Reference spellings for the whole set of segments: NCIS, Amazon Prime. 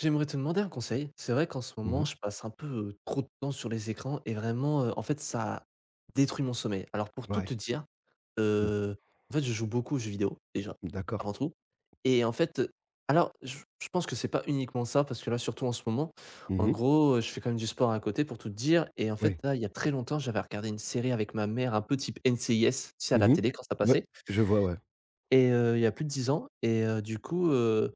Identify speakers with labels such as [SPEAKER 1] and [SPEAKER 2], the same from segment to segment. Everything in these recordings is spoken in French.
[SPEAKER 1] J'aimerais te demander un conseil. C'est vrai qu'en ce
[SPEAKER 2] Mmh
[SPEAKER 1] moment,
[SPEAKER 2] mh.
[SPEAKER 1] je passe un peu trop de temps sur les écrans et vraiment, en fait, ça détruit mon sommeil. Alors, pour tout
[SPEAKER 2] Ouais.
[SPEAKER 1] te dire,
[SPEAKER 2] Mmh.
[SPEAKER 1] euh, en fait, je joue beaucoup aux jeux vidéo, déjà,
[SPEAKER 2] D'accord.
[SPEAKER 1] avant tout. Et en fait, alors, je pense que c'est pas uniquement ça, parce que là, surtout en ce moment,
[SPEAKER 2] Mmh
[SPEAKER 1] en
[SPEAKER 2] mh.
[SPEAKER 1] gros, je fais quand même du sport à côté, pour tout te dire. Et en fait,
[SPEAKER 2] Oui.
[SPEAKER 1] là, il y a très longtemps, j'avais regardé une série avec ma mère, un peu type NCIS, tu sais, à la
[SPEAKER 2] Mmh mh.
[SPEAKER 1] télé quand ça
[SPEAKER 2] Ouais.
[SPEAKER 1] passait.
[SPEAKER 2] Je vois, ouais.
[SPEAKER 1] Et il y a plus de 10 ans et du coup,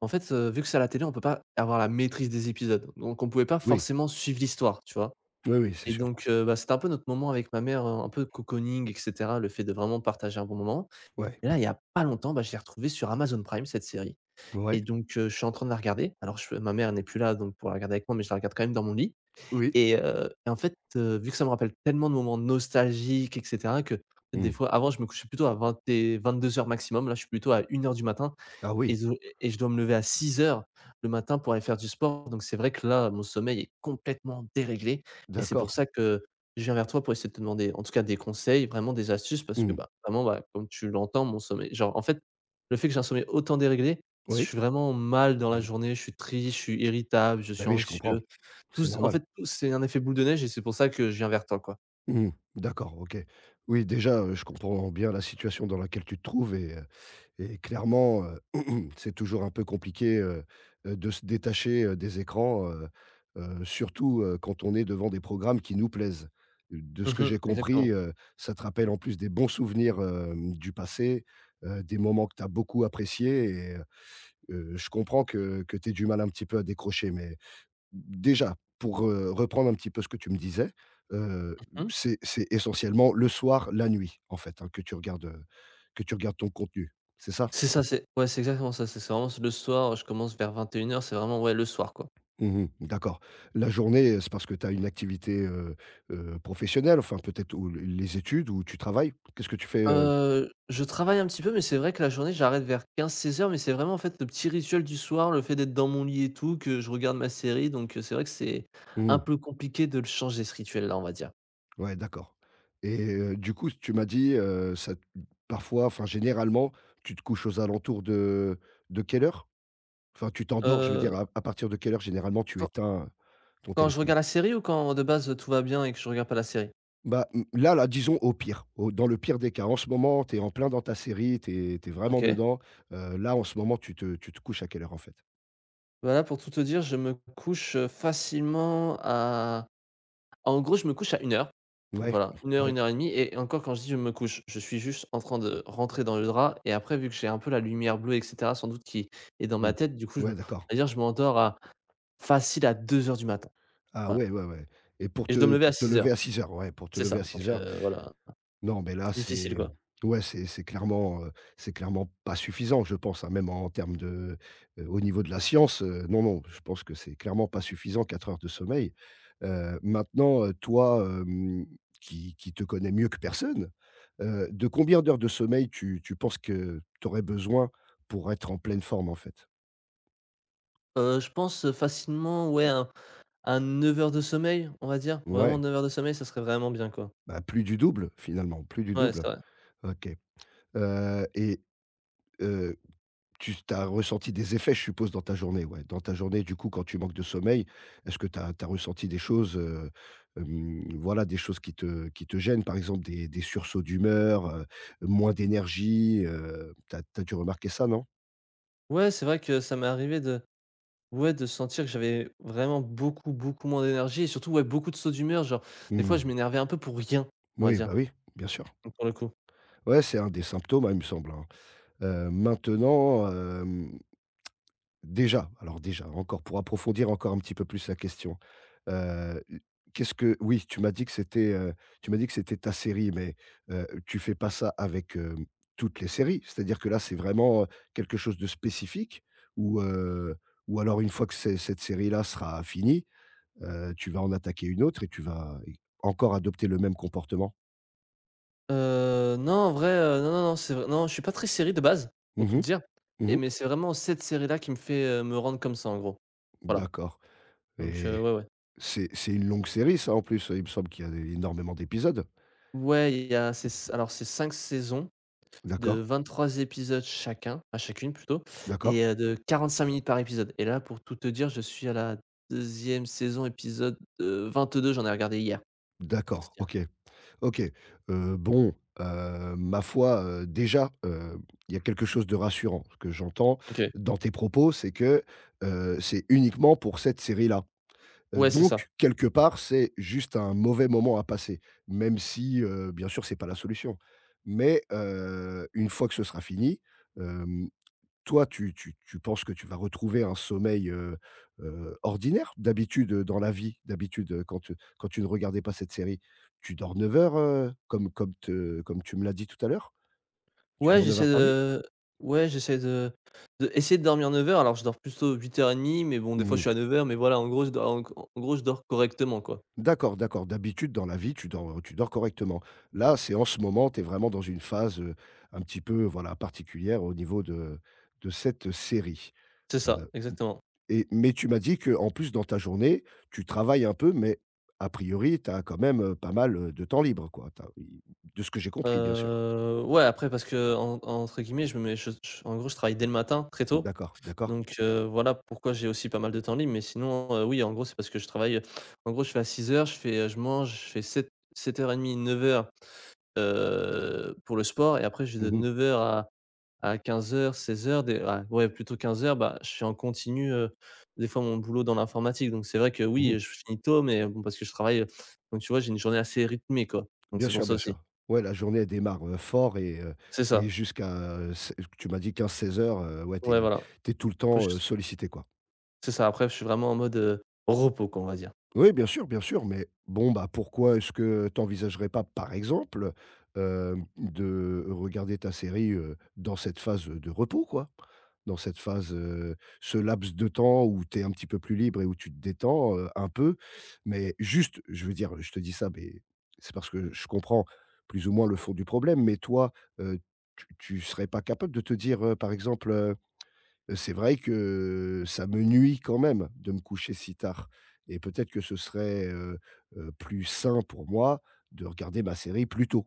[SPEAKER 1] en fait, vu que c'est à la télé, on peut pas avoir la maîtrise des épisodes, donc on pouvait pas
[SPEAKER 2] Oui.
[SPEAKER 1] forcément suivre l'histoire, tu vois?
[SPEAKER 2] Oui, oui, c'est
[SPEAKER 1] Et
[SPEAKER 2] sûr.
[SPEAKER 1] donc bah, c'était un peu notre moment avec ma mère, un peu cocooning et cetera, le fait de vraiment partager un bon moment.
[SPEAKER 2] Ouais.
[SPEAKER 1] Et là, il y a pas longtemps, bah, je l'ai retrouvée sur Amazon Prime, cette série.
[SPEAKER 2] Ouais.
[SPEAKER 1] Et donc je suis en train de la regarder. Alors je ma mère n'est plus là, donc pour la regarder avec moi, mais je la regarde quand même dans mon lit
[SPEAKER 2] Oui.
[SPEAKER 1] et en fait, vu que ça me rappelle tellement de moments nostalgiques et cetera que, des
[SPEAKER 2] Mmh.
[SPEAKER 1] fois, avant, je me couchais plutôt à 20 et vingt-deux heures maximum. Là, je suis plutôt à 1 heure du matin
[SPEAKER 2] Ah oui,
[SPEAKER 1] et zo et je dois me lever à 6 heures le matin pour aller faire du sport, donc c'est vrai que là, mon sommeil est complètement déréglé et c'est pour
[SPEAKER 2] d'accord.
[SPEAKER 1] ça que je viens vers toi pour essayer de te demander, en tout cas, des conseils, vraiment des astuces parce que,
[SPEAKER 2] Mmh.
[SPEAKER 1] bah, vraiment, bah, comme tu l'entends, mon sommeil genre, en fait, le fait que j'ai un sommeil autant déréglé, je
[SPEAKER 2] Oui.
[SPEAKER 1] suis vraiment mal dans la
[SPEAKER 2] Mmh.
[SPEAKER 1] journée, je suis triste, je suis irritable, je
[SPEAKER 2] Bah
[SPEAKER 1] suis
[SPEAKER 2] oui, je comprends.
[SPEAKER 1] anxieux. Tout
[SPEAKER 2] C'est
[SPEAKER 1] en
[SPEAKER 2] normal.
[SPEAKER 1] fait, tout c'est un effet boule de neige et c'est pour ça que je viens vers toi, quoi.
[SPEAKER 2] Mmh. D'accord, OK. Oui, déjà, je comprends bien la situation dans laquelle tu te trouves et clairement, c'est toujours un peu compliqué, de se détacher, des écrans, surtout, quand on est devant des programmes qui nous plaisent. De ce
[SPEAKER 1] Mmh
[SPEAKER 2] que
[SPEAKER 1] mh.
[SPEAKER 2] j'ai compris,
[SPEAKER 1] Exactement.
[SPEAKER 2] ça te rappelle en plus des bons souvenirs, du passé, des moments que tu as beaucoup appréciés. Je comprends que tu aies du mal un petit peu à décrocher. Mais déjà, pour, reprendre un petit peu ce que tu me disais, heu,
[SPEAKER 1] Mmh mh.
[SPEAKER 2] c'est essentiellement le soir, la nuit, en fait, hein, que que tu regardes ton contenu, c'est ça?
[SPEAKER 1] C'est ça, c'est ouais, c'est exactement ça. C'est vraiment le soir, je commence vers 21 heures, c'est vraiment, ouais, le soir, quoi.
[SPEAKER 2] Mmh. D'accord. La journée, c'est parce que tu as une activité, professionnelle, enfin peut-être. Ou l les études? Ou tu travailles? Qu'est-ce que tu fais?
[SPEAKER 1] Je travaille un petit peu, mais c'est vrai que la journée, j'arrête vers 15-16 heures, mais c'est vraiment, en fait, le petit rituel du soir, le fait d'être dans mon lit et tout, que je regarde ma série, donc c'est vrai que c'est un
[SPEAKER 2] Mmh.
[SPEAKER 1] peu compliqué de le changer, ce rituel-là, on va dire.
[SPEAKER 2] Ouais, d'accord. Du coup, tu m'as dit, ça t parfois, enfin généralement, tu te couches aux alentours de quelle heure? Enfin, tu t'endors, je veux dire,
[SPEAKER 1] Heu,
[SPEAKER 2] à partir de quelle heure généralement tu
[SPEAKER 1] quand
[SPEAKER 2] éteins ton
[SPEAKER 1] Quand je
[SPEAKER 2] téléphone?
[SPEAKER 1] regarde la série ou quand de base, tout va bien et que je regarde pas la série?
[SPEAKER 2] Bah, disons au pire, au dans le pire des cas. En ce moment, tu es en plein dans ta série, tu es vraiment
[SPEAKER 1] OK.
[SPEAKER 2] dedans. Là, en ce moment, tu te couches à quelle heure en fait?
[SPEAKER 1] Bah, là, pour tout te dire, je me couche, facilement à en gros, je me couche à une heure.
[SPEAKER 2] Ouais,
[SPEAKER 1] Voilà,
[SPEAKER 2] ouais.
[SPEAKER 1] une heure et demie. Et encore quand je dis: «Je me couche», je suis juste en train de rentrer dans le drap et après vu que j'ai un peu la lumière bleue et cetera sans doute qui est dans ma
[SPEAKER 2] Mmh.
[SPEAKER 1] tête, du coup, je
[SPEAKER 2] Ouais,
[SPEAKER 1] me
[SPEAKER 2] d'accord.
[SPEAKER 1] c'est-à-dire je m'endors à facile à 2 heures du matin.
[SPEAKER 2] Ah
[SPEAKER 1] Voilà,
[SPEAKER 2] ouais, ouais, ouais, et pour
[SPEAKER 1] et je dois
[SPEAKER 2] te
[SPEAKER 1] me lever à
[SPEAKER 2] pour te
[SPEAKER 1] six
[SPEAKER 2] lever
[SPEAKER 1] heures.
[SPEAKER 2] à 6 heures, ouais, pour te
[SPEAKER 1] C'est ça,
[SPEAKER 2] lever à
[SPEAKER 1] donc
[SPEAKER 2] 6 heures.
[SPEAKER 1] voilà,
[SPEAKER 2] Non, mais là,
[SPEAKER 1] difficile, quoi.
[SPEAKER 2] c'est clairement, c'est clairement pas suffisant, je pense, hein, même en termes de, au niveau de la science, non, non, je pense que c'est clairement pas suffisant 4 heures de sommeil. Maintenant, toi, qui te connais mieux que personne, de combien d'heures de sommeil tu penses que tu aurais besoin pour être en pleine forme, en fait?
[SPEAKER 1] Je pense, facilement, ouais, à 9 heures de sommeil, on va dire. Vraiment
[SPEAKER 2] Ouais,
[SPEAKER 1] 9 heures de sommeil, ça serait vraiment bien, quoi.
[SPEAKER 2] bah, plus du double, finalement, plus du
[SPEAKER 1] Ouais, c'est
[SPEAKER 2] double.
[SPEAKER 1] vrai.
[SPEAKER 2] OK. Heu et heu, Tu as ressenti des effets, je suppose, dans ta journée? Ouais, dans ta journée, du coup, quand tu manques de sommeil, est-ce que tu as ressenti des choses, voilà, des choses qui te gênent? Par exemple, des sursauts d'humeur, moins d'énergie, tu as dû remarquer ça, non?
[SPEAKER 1] Ouais, c'est vrai que ça m'est arrivé de ouais, de sentir que j'avais vraiment beaucoup, beaucoup moins d'énergie et surtout, ouais, beaucoup de sauts d'humeur. Genre, des fois, je
[SPEAKER 2] Mmh.
[SPEAKER 1] m'énervais un peu pour rien, on va
[SPEAKER 2] Oui,
[SPEAKER 1] dire,
[SPEAKER 2] bah, oui, bien sûr.
[SPEAKER 1] pour le coup.
[SPEAKER 2] Ouais, c'est un des symptômes, hein, il me semble, hein. Maintenant, déjà, alors déjà, encore pour approfondir encore un petit peu plus la question, heu, qu'est-ce que oui, tu m'as dit que c'était ta série, mais, tu fais pas ça avec, toutes les séries? C'est-à-dire que là, c'est vraiment, quelque chose de spécifique? ou, heu, ou alors une fois que c'est cette série-là sera finie, tu vas en attaquer une autre et tu vas encore adopter le même comportement?
[SPEAKER 1] Non, en vrai, non, non, non, c'est vrai non, je suis pas très série de base, pour
[SPEAKER 2] Mmh
[SPEAKER 1] tout te
[SPEAKER 2] mh.
[SPEAKER 1] dire. Et
[SPEAKER 2] Mmh.
[SPEAKER 1] mais c'est vraiment cette série-là qui me fait, me rendre comme ça, en gros. Voilà,
[SPEAKER 2] D'accord.
[SPEAKER 1] donc
[SPEAKER 2] et
[SPEAKER 1] ouais, ouais.
[SPEAKER 2] c'est une longue série ça, en plus? Il me semble qu'il y a énormément d'épisodes?
[SPEAKER 1] Ouais, il y a c'est alors c'est 5 saisons. De
[SPEAKER 2] D'accord,
[SPEAKER 1] 23 épisodes chacune plutôt,
[SPEAKER 2] d'accord.
[SPEAKER 1] et de 5 minutes par épisode. Et là, pour tout te dire, je suis à la deuxième saison, épisode, 22 j'en ai regardé hier, pour te
[SPEAKER 2] D'accord,
[SPEAKER 1] dire.
[SPEAKER 2] OK, OK. Bon, ma foi, déjà, il y a quelque chose de rassurant. Ce que j'entends
[SPEAKER 1] OK.
[SPEAKER 2] dans tes propos, c'est que, c'est uniquement pour cette série-là.
[SPEAKER 1] Ouais, c'est
[SPEAKER 2] Donc
[SPEAKER 1] ça.
[SPEAKER 2] quelque part, c'est juste un mauvais moment à passer. Même si, bien sûr, c'est pas la solution. Mais, une fois que ce sera fini, euh, toi, tu penses que tu vas retrouver un sommeil, ordinaire? D'habitude, dans la vie, d'habitude, quand tu ne regardais pas cette série, tu dors 9 heures, comme tu me l'as dit tout à l'heure? Tu
[SPEAKER 1] Ouais,
[SPEAKER 2] dors 9
[SPEAKER 1] j'essaie
[SPEAKER 2] heures par nuit?
[SPEAKER 1] de ouais, j'essaie de essayer de dormir 9 heures, alors je dors plutôt 8:30, mais bon, des fois, je
[SPEAKER 2] Mmh.
[SPEAKER 1] suis à 9 heures, mais voilà, en gros, je dors en gros, je dors correctement, quoi.
[SPEAKER 2] D'accord, d'accord. D'habitude, dans la vie, tu dors correctement. Là, c'est en ce moment, tu es vraiment dans une phase, un petit peu, voilà, particulière au niveau de cette série.
[SPEAKER 1] C'est ça, exactement.
[SPEAKER 2] Mais tu m'as dit qu'en plus, dans ta journée, tu travailles un peu, mais a priori, tu as quand même, pas mal, de temps libre, quoi. Tu i De ce que j'ai compris, bien sûr.
[SPEAKER 1] Ouais, après parce qu'en entre guillemets, je me mets je en gros, je travaille dès le matin, très tôt.
[SPEAKER 2] D'accord, d'accord.
[SPEAKER 1] Donc voilà pourquoi j'ai aussi pas mal de temps libre, mais sinon, oui, en gros, c'est parce que je travaille, en gros, je fais à 6 heures je fais, je mange, je fais 7:30, 9:00, pour le sport et après, je vais
[SPEAKER 2] Mmh
[SPEAKER 1] de
[SPEAKER 2] mh.
[SPEAKER 1] 9 heures à 15 heures 16 heures ouais, plutôt 15 heures, bah, je suis en continu, des fois mon boulot dans l'informatique. Donc c'est vrai que
[SPEAKER 2] Mmh.
[SPEAKER 1] oui, je finis tôt, mais bon, parce que je travaille, donc tu vois, j'ai une journée assez rythmée, quoi. Donc
[SPEAKER 2] Bien
[SPEAKER 1] c'est pour
[SPEAKER 2] sûr,
[SPEAKER 1] ça
[SPEAKER 2] bien
[SPEAKER 1] aussi.
[SPEAKER 2] sûr. Ouais, la journée, elle démarre, fort
[SPEAKER 1] C'est
[SPEAKER 2] et
[SPEAKER 1] ça.
[SPEAKER 2] jusqu'à, s tu m'as dit 15-16:00, ouais, tu
[SPEAKER 1] Ouais, voilà.
[SPEAKER 2] es tout le
[SPEAKER 1] Après je
[SPEAKER 2] temps, sollicité, quoi.
[SPEAKER 1] c'est ça, après je suis vraiment en mode, repos, quoi, on va dire.
[SPEAKER 2] Oui, bien sûr, mais bon, bah, pourquoi est-ce que t'envisagerais pas, par exemple, de regarder ta série, dans cette phase, de repos, quoi? Dans cette phase, ce laps de temps où tu es un petit peu plus libre et où tu te détends, un peu. Mais juste, je veux dire, je te dis ça, mais c'est parce que je comprends plus ou moins le fond du problème, mais toi, heu, tu serais pas capable de te dire, par exemple, c'est vrai que ça me nuit quand même de me coucher si tard et peut-être que ce serait, plus sain pour moi de regarder ma série plus tôt.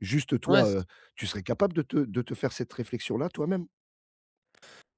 [SPEAKER 2] Juste toi,
[SPEAKER 1] Ouais,
[SPEAKER 2] tu serais capable de te faire cette réflexion-là toi-même?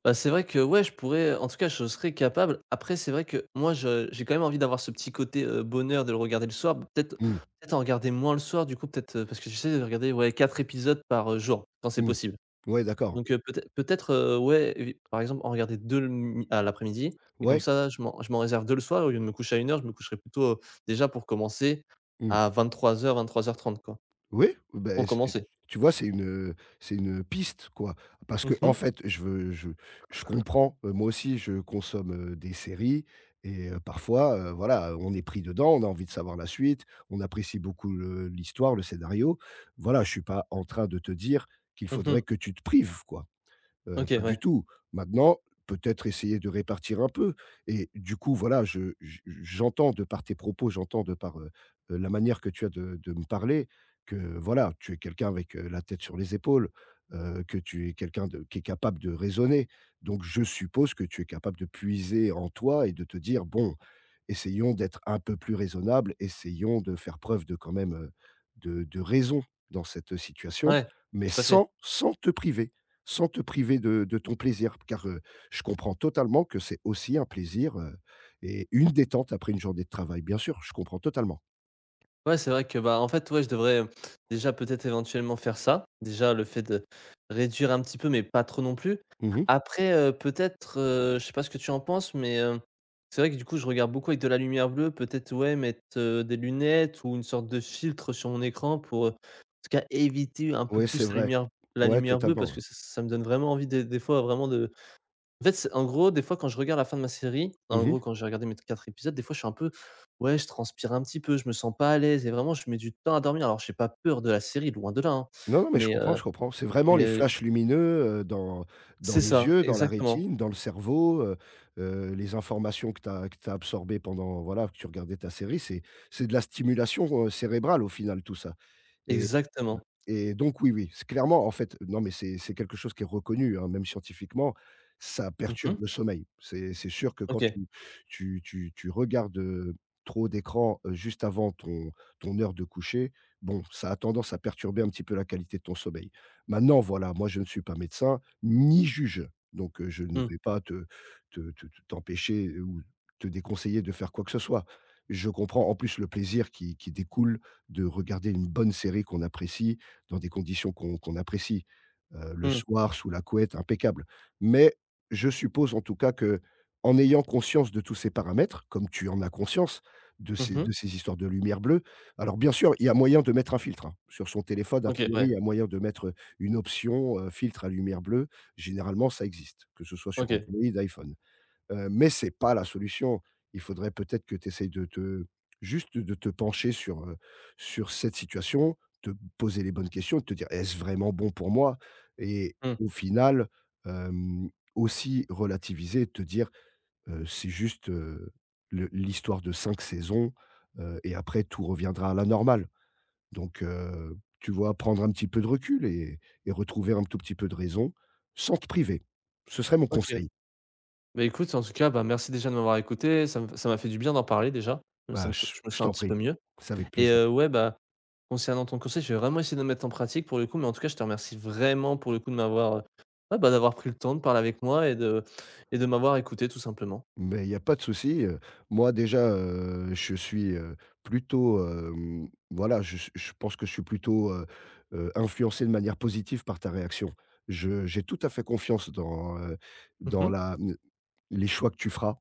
[SPEAKER 1] bah, c'est vrai que ouais, je pourrais, en tout cas, je serais capable. Après, c'est vrai que moi, je j'ai quand même envie d'avoir ce petit côté, bonheur de le regarder le soir. Peut-être
[SPEAKER 2] Mmh,
[SPEAKER 1] peut-être en regarder moins le soir, du coup, parce que j'essaie de regarder, ouais, 4 épisodes par, jour, quand c'est
[SPEAKER 2] mmh.
[SPEAKER 1] possible.
[SPEAKER 2] Ouais, d'accord.
[SPEAKER 1] Donc, ouais, évi par exemple, en regarder 2 le mi à l'après-midi et comme
[SPEAKER 2] Ouais.
[SPEAKER 1] ça, je m'en réserve 2 le soir. Au lieu de me coucher à 1 heure, je me coucherai plutôt, déjà pour commencer
[SPEAKER 2] Mmh.
[SPEAKER 1] à 23:00-23:30, quoi,
[SPEAKER 2] Oui, ben
[SPEAKER 1] pour
[SPEAKER 2] c'est
[SPEAKER 1] commencer.
[SPEAKER 2] tu vois, c'est une piste, quoi. Parce que
[SPEAKER 1] Mmh
[SPEAKER 2] en
[SPEAKER 1] mh.
[SPEAKER 2] fait, je comprends, moi aussi, je consomme, des séries parfois, voilà, on est pris dedans, on a envie de savoir la suite, on apprécie beaucoup le l'histoire, le scénario. Voilà, je suis pas en train de te dire qu'il
[SPEAKER 1] Mmh
[SPEAKER 2] faudrait
[SPEAKER 1] mh.
[SPEAKER 2] que tu te prives, quoi.
[SPEAKER 1] OK,
[SPEAKER 2] Pas du
[SPEAKER 1] ouais.
[SPEAKER 2] tout. Maintenant, peut-être essayer de répartir un peu et du coup, voilà, je j'entends de par tes propos, j'entends de par, la manière que tu as de me parler que, voilà, tu es quelqu'un avec, la tête sur les épaules, que tu es quelqu'un de qui est capable de raisonner. Donc je suppose que tu es capable de puiser en toi et de te dire: «Bon, essayons d'être un peu plus raisonnable, essayons de faire preuve de quand même, de raison dans cette situation,
[SPEAKER 1] Ouais,
[SPEAKER 2] mais
[SPEAKER 1] tout à fait.
[SPEAKER 2] sans te priver» sans te priver de ton plaisir, car, je comprends totalement que c'est aussi un plaisir, et une détente après une journée de travail, bien sûr, je comprends totalement.
[SPEAKER 1] Ouais, c'est vrai que, bah, en fait, ouais, je devrais, déjà peut-être éventuellement faire ça. Déjà le fait de réduire un petit peu, mais pas trop non plus.
[SPEAKER 2] Mmh.
[SPEAKER 1] Après, je sais pas ce que tu en penses, mais, c'est vrai que du coup je regarde beaucoup avec de la lumière bleue. Peut-être, ouais, mettre, des lunettes ou une sorte de filtre sur mon écran pour, en tout cas éviter un peu
[SPEAKER 2] Ouais, c'est
[SPEAKER 1] plus la
[SPEAKER 2] vrai.
[SPEAKER 1] lumière la
[SPEAKER 2] Ouais,
[SPEAKER 1] lumière bleue
[SPEAKER 2] totalement,
[SPEAKER 1] parce
[SPEAKER 2] ouais.
[SPEAKER 1] que ça me donne vraiment envie des fois vraiment de en fait, c'est en gros, des fois, quand je regarde la fin de ma série, en
[SPEAKER 2] Mmh.
[SPEAKER 1] gros, quand j'ai regardé mes 4 épisodes, des fois, je suis un peu ouais, je transpire un petit peu, je me sens pas à l'aise et vraiment, je mets du temps à dormir. Alors j'ai pas peur de la série, loin de là, hein,
[SPEAKER 2] Non, non, mais je
[SPEAKER 1] mais
[SPEAKER 2] comprends,
[SPEAKER 1] heu,
[SPEAKER 2] je comprends. C'est vraiment
[SPEAKER 1] mais
[SPEAKER 2] les
[SPEAKER 1] heu
[SPEAKER 2] flashs lumineux, dans
[SPEAKER 1] c'est
[SPEAKER 2] les
[SPEAKER 1] ça,
[SPEAKER 2] yeux, dans la
[SPEAKER 1] exactement,
[SPEAKER 2] rétine, dans le cerveau, les informations que tu as que tu absorbées pendant, voilà, que tu regardais ta série, c'est de la stimulation, cérébrale au final, tout ça et.
[SPEAKER 1] exactement.
[SPEAKER 2] Et donc oui, oui, c'est clairement en fait non, mais c'est quelque chose qui est reconnu, hein, même scientifiquement, ça perturbe
[SPEAKER 1] Mmh.
[SPEAKER 2] le sommeil. C'est sûr que quand
[SPEAKER 1] OK.
[SPEAKER 2] tu regardes, trop d'écran, juste avant ton heure de coucher, bon, ça a tendance à perturber un petit peu la qualité de ton sommeil. Maintenant, voilà, moi je ne suis pas médecin, ni juge, donc je ne
[SPEAKER 1] Mmh.
[SPEAKER 2] vais pas te t'empêcher ou te déconseiller de faire quoi que ce soit. Je comprends en plus le plaisir qui découle de regarder une bonne série qu'on apprécie dans des conditions qu'on apprécie, le
[SPEAKER 1] Mmh.
[SPEAKER 2] soir sous la couette, impeccable. Mais je suppose en tout cas que, en ayant conscience de tous ces paramètres, comme tu en as conscience, de ces
[SPEAKER 1] Mmh.
[SPEAKER 2] de ces histoires de lumière bleue, alors bien sûr, il y a moyen de mettre un filtre, hein. Sur son téléphone, a
[SPEAKER 1] OK,
[SPEAKER 2] priori,
[SPEAKER 1] ouais.
[SPEAKER 2] il y a moyen de mettre une option, filtre à lumière bleue. Généralement, ça existe, que ce soit sur
[SPEAKER 1] OK.
[SPEAKER 2] Android, iPhone. Mais c'est pas la solution. Il faudrait peut-être que tu essayes de te juste de te pencher sur cette situation, te poser les bonnes questions, te dire: «Est-ce vraiment bon pour moi?» et
[SPEAKER 1] Mmh.
[SPEAKER 2] au final, hem, aussi relativiser et te dire: «C'est juste, le l'histoire de 5 saisons, et après tout reviendra à la normale». Donc, tu vois, prendre un petit peu de recul et retrouver un tout petit peu de raison sans te priver. Ce serait mon
[SPEAKER 1] OK.
[SPEAKER 2] conseil.
[SPEAKER 1] Bah, écoute, en tout cas, bah, merci déjà de m'avoir écouté. Ça me ça m'a fait du bien d'en parler déjà. Ça
[SPEAKER 2] Bah,
[SPEAKER 1] me
[SPEAKER 2] je
[SPEAKER 1] Je me
[SPEAKER 2] je
[SPEAKER 1] sens un
[SPEAKER 2] t'en
[SPEAKER 1] petit
[SPEAKER 2] prie,
[SPEAKER 1] peu mieux
[SPEAKER 2] c'est avec
[SPEAKER 1] et
[SPEAKER 2] plaisir.
[SPEAKER 1] ouais, bah concernant ton conseil, je vais vraiment essayer de le mettre en pratique pour le coup, mais en tout cas, je te remercie vraiment pour le coup de m'avoir, ah bah, d'avoir pris le temps de parler avec moi et de m'avoir écouté tout simplement.
[SPEAKER 2] Mais il y a pas de souci, moi déjà, je suis, plutôt, voilà, je pense que je suis plutôt, influencé de manière positive par ta réaction. Je J'ai tout à fait confiance dans,
[SPEAKER 1] Mmh
[SPEAKER 2] dans
[SPEAKER 1] mh.
[SPEAKER 2] la, mmh les choix que tu feras.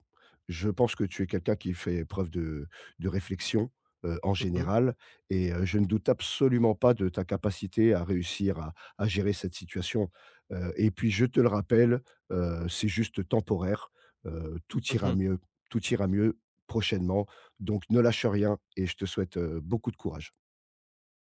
[SPEAKER 2] Je pense que tu es quelqu'un qui fait preuve de réflexion, en
[SPEAKER 1] Mmh.
[SPEAKER 2] général, je ne doute absolument pas de ta capacité à réussir à gérer cette situation, et puis je te le rappelle, c'est juste temporaire, heu, tout ira
[SPEAKER 1] Mmh.
[SPEAKER 2] mieux tout ira mieux prochainement, donc ne lâche rien et je te souhaite, beaucoup de courage.